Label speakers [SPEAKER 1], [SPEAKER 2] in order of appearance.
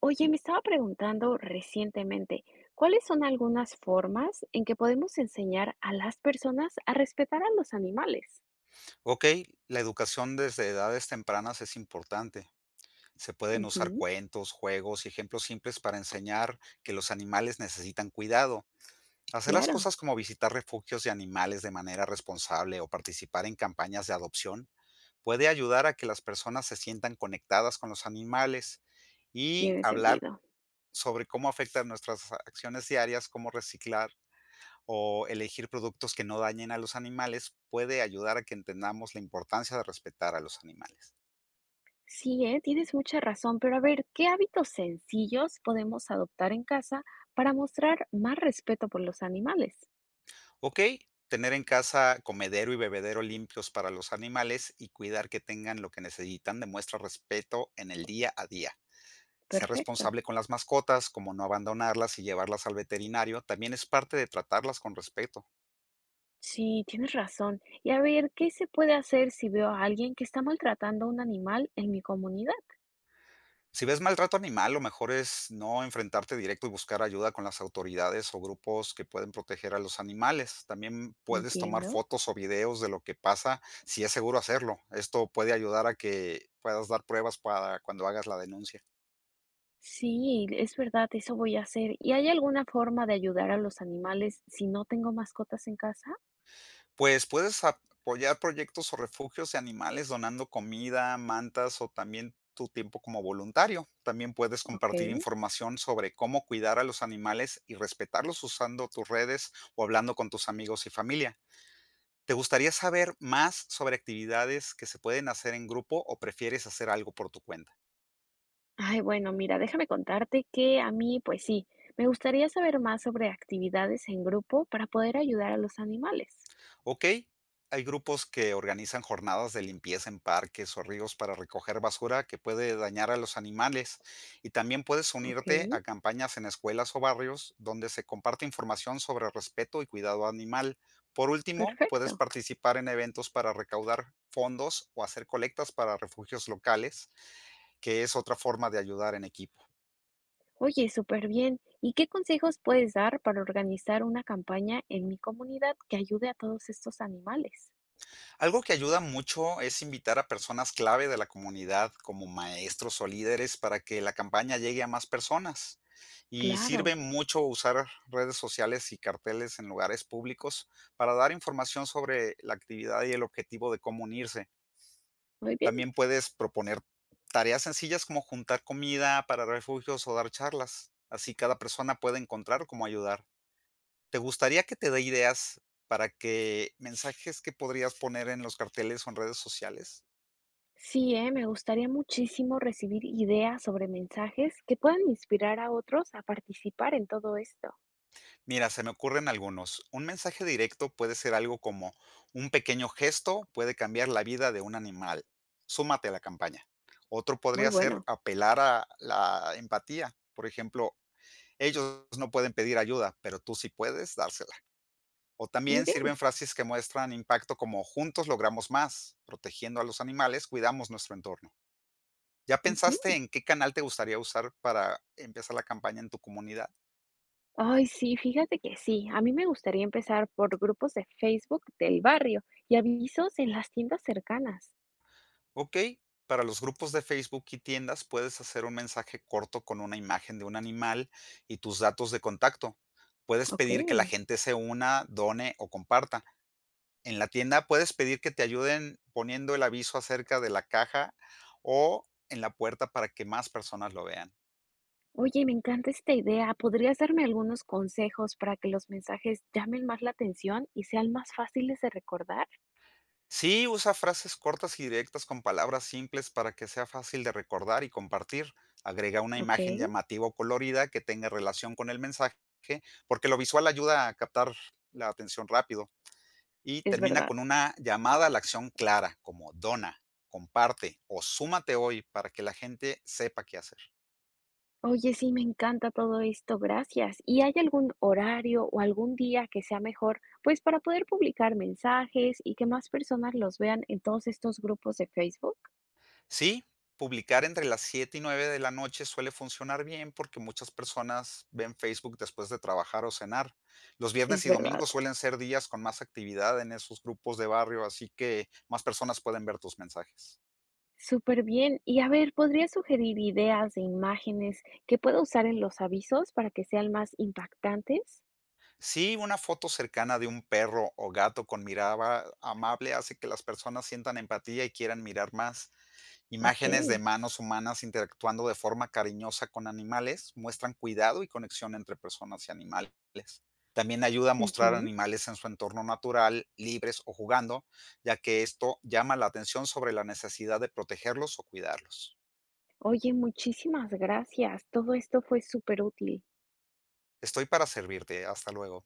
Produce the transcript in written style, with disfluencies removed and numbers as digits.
[SPEAKER 1] Oye, me estaba preguntando recientemente, ¿cuáles son algunas formas en que podemos enseñar a las personas a respetar a los animales?
[SPEAKER 2] Ok, la educación desde edades tempranas es importante. Se pueden usar
[SPEAKER 1] Ujú,
[SPEAKER 2] cuentos, juegos y ejemplos simples para enseñar que los animales necesitan cuidado. Hacer las
[SPEAKER 1] claro,
[SPEAKER 2] cosas como visitar refugios de animales de manera responsable o participar en campañas de adopción puede ayudar a que las personas se sientan conectadas con los animales, y
[SPEAKER 1] tiene
[SPEAKER 2] hablar
[SPEAKER 1] sentido.
[SPEAKER 2] sobre cómo afectan nuestras acciones diarias, como reciclar o elegir productos que no dañen a los animales, puede ayudar a que entendamos la importancia de respetar a los animales.
[SPEAKER 1] Sí, tienes mucha razón, pero a ver, ¿qué hábitos sencillos podemos adoptar en casa para mostrar más respeto por los animales?
[SPEAKER 2] Ok, tener en casa comedero y bebedero limpios para los animales y cuidar que tengan lo que necesitan demuestra respeto en el día a día. Ser
[SPEAKER 1] Perfecto.
[SPEAKER 2] responsable con las mascotas, como no abandonarlas y llevarlas al veterinario, también es parte de tratarlas con respeto.
[SPEAKER 1] Sí, tienes razón. Y a ver, ¿qué se puede hacer si veo a alguien que está maltratando a un animal en mi comunidad?
[SPEAKER 2] Si ves maltrato animal, lo mejor es no enfrentarte directo y buscar ayuda con las autoridades o grupos que pueden proteger a los animales. También puedes tomar
[SPEAKER 1] Entiendo.
[SPEAKER 2] fotos o videos de lo que pasa si es seguro hacerlo. Esto puede ayudar a que puedas dar pruebas para cuando hagas la denuncia.
[SPEAKER 1] Sí, es verdad, eso voy a hacer. ¿Y hay alguna forma de ayudar a los animales si no tengo mascotas en casa?
[SPEAKER 2] Pues puedes apoyar proyectos o refugios de animales donando comida, mantas o también tu tiempo como voluntario. También puedes
[SPEAKER 1] Ok.
[SPEAKER 2] compartir información sobre cómo cuidar a los animales y respetarlos usando tus redes o hablando con tus amigos y familia. ¿Te gustaría saber más sobre actividades que se pueden hacer en grupo o prefieres hacer algo por tu cuenta?
[SPEAKER 1] Ay, bueno, mira, déjame contarte que a mí, pues sí, me gustaría saber más sobre actividades en grupo para poder ayudar a los animales.
[SPEAKER 2] Ok, hay grupos que organizan jornadas de limpieza en parques o ríos para recoger basura que puede dañar a los animales, y también puedes
[SPEAKER 1] Ok.
[SPEAKER 2] unirte a campañas en escuelas o barrios donde se comparte información sobre respeto y cuidado animal. Por último, puedes
[SPEAKER 1] Perfecto.
[SPEAKER 2] participar en eventos para recaudar fondos o hacer colectas para refugios locales, que es otra forma de ayudar en equipo.
[SPEAKER 1] Oye, súper bien. ¿Y qué consejos puedes dar para organizar una campaña en mi comunidad que ayude a todos estos animales?
[SPEAKER 2] Algo que ayuda mucho es invitar a personas clave de la comunidad, como maestros o líderes, para que la campaña llegue a más personas. Y sirve
[SPEAKER 1] Claro.
[SPEAKER 2] mucho usar redes sociales y carteles en lugares públicos para dar información sobre la actividad y el objetivo de cómo unirse.
[SPEAKER 1] Muy bien.
[SPEAKER 2] También puedes proponer tareas sencillas, como juntar comida para refugios o dar charlas. Así cada persona puede encontrar cómo ayudar. ¿Te gustaría que te dé ideas para que mensajes que podrías poner en los carteles o en redes sociales?
[SPEAKER 1] Sí, me gustaría muchísimo recibir ideas sobre mensajes que puedan inspirar a otros a participar en todo esto.
[SPEAKER 2] Mira, se me ocurren algunos. Un mensaje directo puede ser algo como: un pequeño gesto puede cambiar la vida de un animal. Súmate a la campaña. Otro
[SPEAKER 1] Muy
[SPEAKER 2] podría ser
[SPEAKER 1] bueno,
[SPEAKER 2] apelar a la empatía. Por ejemplo: ellos no pueden pedir ayuda, pero tú sí puedes dársela. O
[SPEAKER 1] muy
[SPEAKER 2] también
[SPEAKER 1] bien.
[SPEAKER 2] sirven frases que muestran impacto, como: juntos logramos más, protegiendo a los animales, cuidamos nuestro entorno. ¿Ya pensaste
[SPEAKER 1] Ujú.
[SPEAKER 2] en qué canal te gustaría usar para empezar la campaña en tu comunidad?
[SPEAKER 1] Ay, sí, fíjate que sí. A mí me gustaría empezar por grupos de Facebook del barrio y avisos en las tiendas cercanas.
[SPEAKER 2] Ok, para los grupos de Facebook y tiendas puedes hacer un mensaje corto con una imagen de un animal y tus datos de contacto. Puedes
[SPEAKER 1] Ok.
[SPEAKER 2] pedir que la gente se una, done o comparta. En la tienda puedes pedir que te ayuden poniendo el aviso acerca de la caja o en la puerta para que más personas lo vean.
[SPEAKER 1] Oye, me encanta esta idea. ¿Podrías darme algunos consejos para que los mensajes llamen más la atención y sean más fáciles de recordar?
[SPEAKER 2] Sí, usa frases cortas y directas con palabras simples para que sea fácil de recordar y compartir. Agrega una
[SPEAKER 1] Ok,
[SPEAKER 2] imagen llamativa o colorida que tenga relación con el mensaje, porque lo visual ayuda a captar la atención rápido. Y
[SPEAKER 1] es
[SPEAKER 2] termina
[SPEAKER 1] verdad.
[SPEAKER 2] con una llamada a la acción clara, como dona, comparte o súmate hoy, para que la gente sepa qué hacer.
[SPEAKER 1] Oye, sí, me encanta todo esto, gracias. ¿Y hay algún horario o algún día que sea mejor, pues, para poder publicar mensajes y que más personas los vean en todos estos grupos de Facebook?
[SPEAKER 2] Sí, publicar entre las 7 y 9 de la noche suele funcionar bien, porque muchas personas ven Facebook después de trabajar o cenar. Los viernes
[SPEAKER 1] Es
[SPEAKER 2] y
[SPEAKER 1] verdad.
[SPEAKER 2] domingos suelen ser días con más actividad en esos grupos de barrio, así que más personas pueden ver tus mensajes.
[SPEAKER 1] Súper bien. Y a ver, ¿podría sugerir ideas de imágenes que pueda usar en los avisos para que sean más impactantes?
[SPEAKER 2] Sí, una foto cercana de un perro o gato con mirada amable hace que las personas sientan empatía y quieran mirar más.
[SPEAKER 1] Ok.
[SPEAKER 2] Imágenes de manos humanas interactuando de forma cariñosa con animales muestran cuidado y conexión entre personas y animales. También ayuda a mostrar
[SPEAKER 1] Ujú.
[SPEAKER 2] animales en su entorno natural, libres o jugando, ya que esto llama la atención sobre la necesidad de protegerlos o cuidarlos.
[SPEAKER 1] Oye, muchísimas gracias. Todo esto fue súper útil.
[SPEAKER 2] Estoy para servirte. Hasta luego.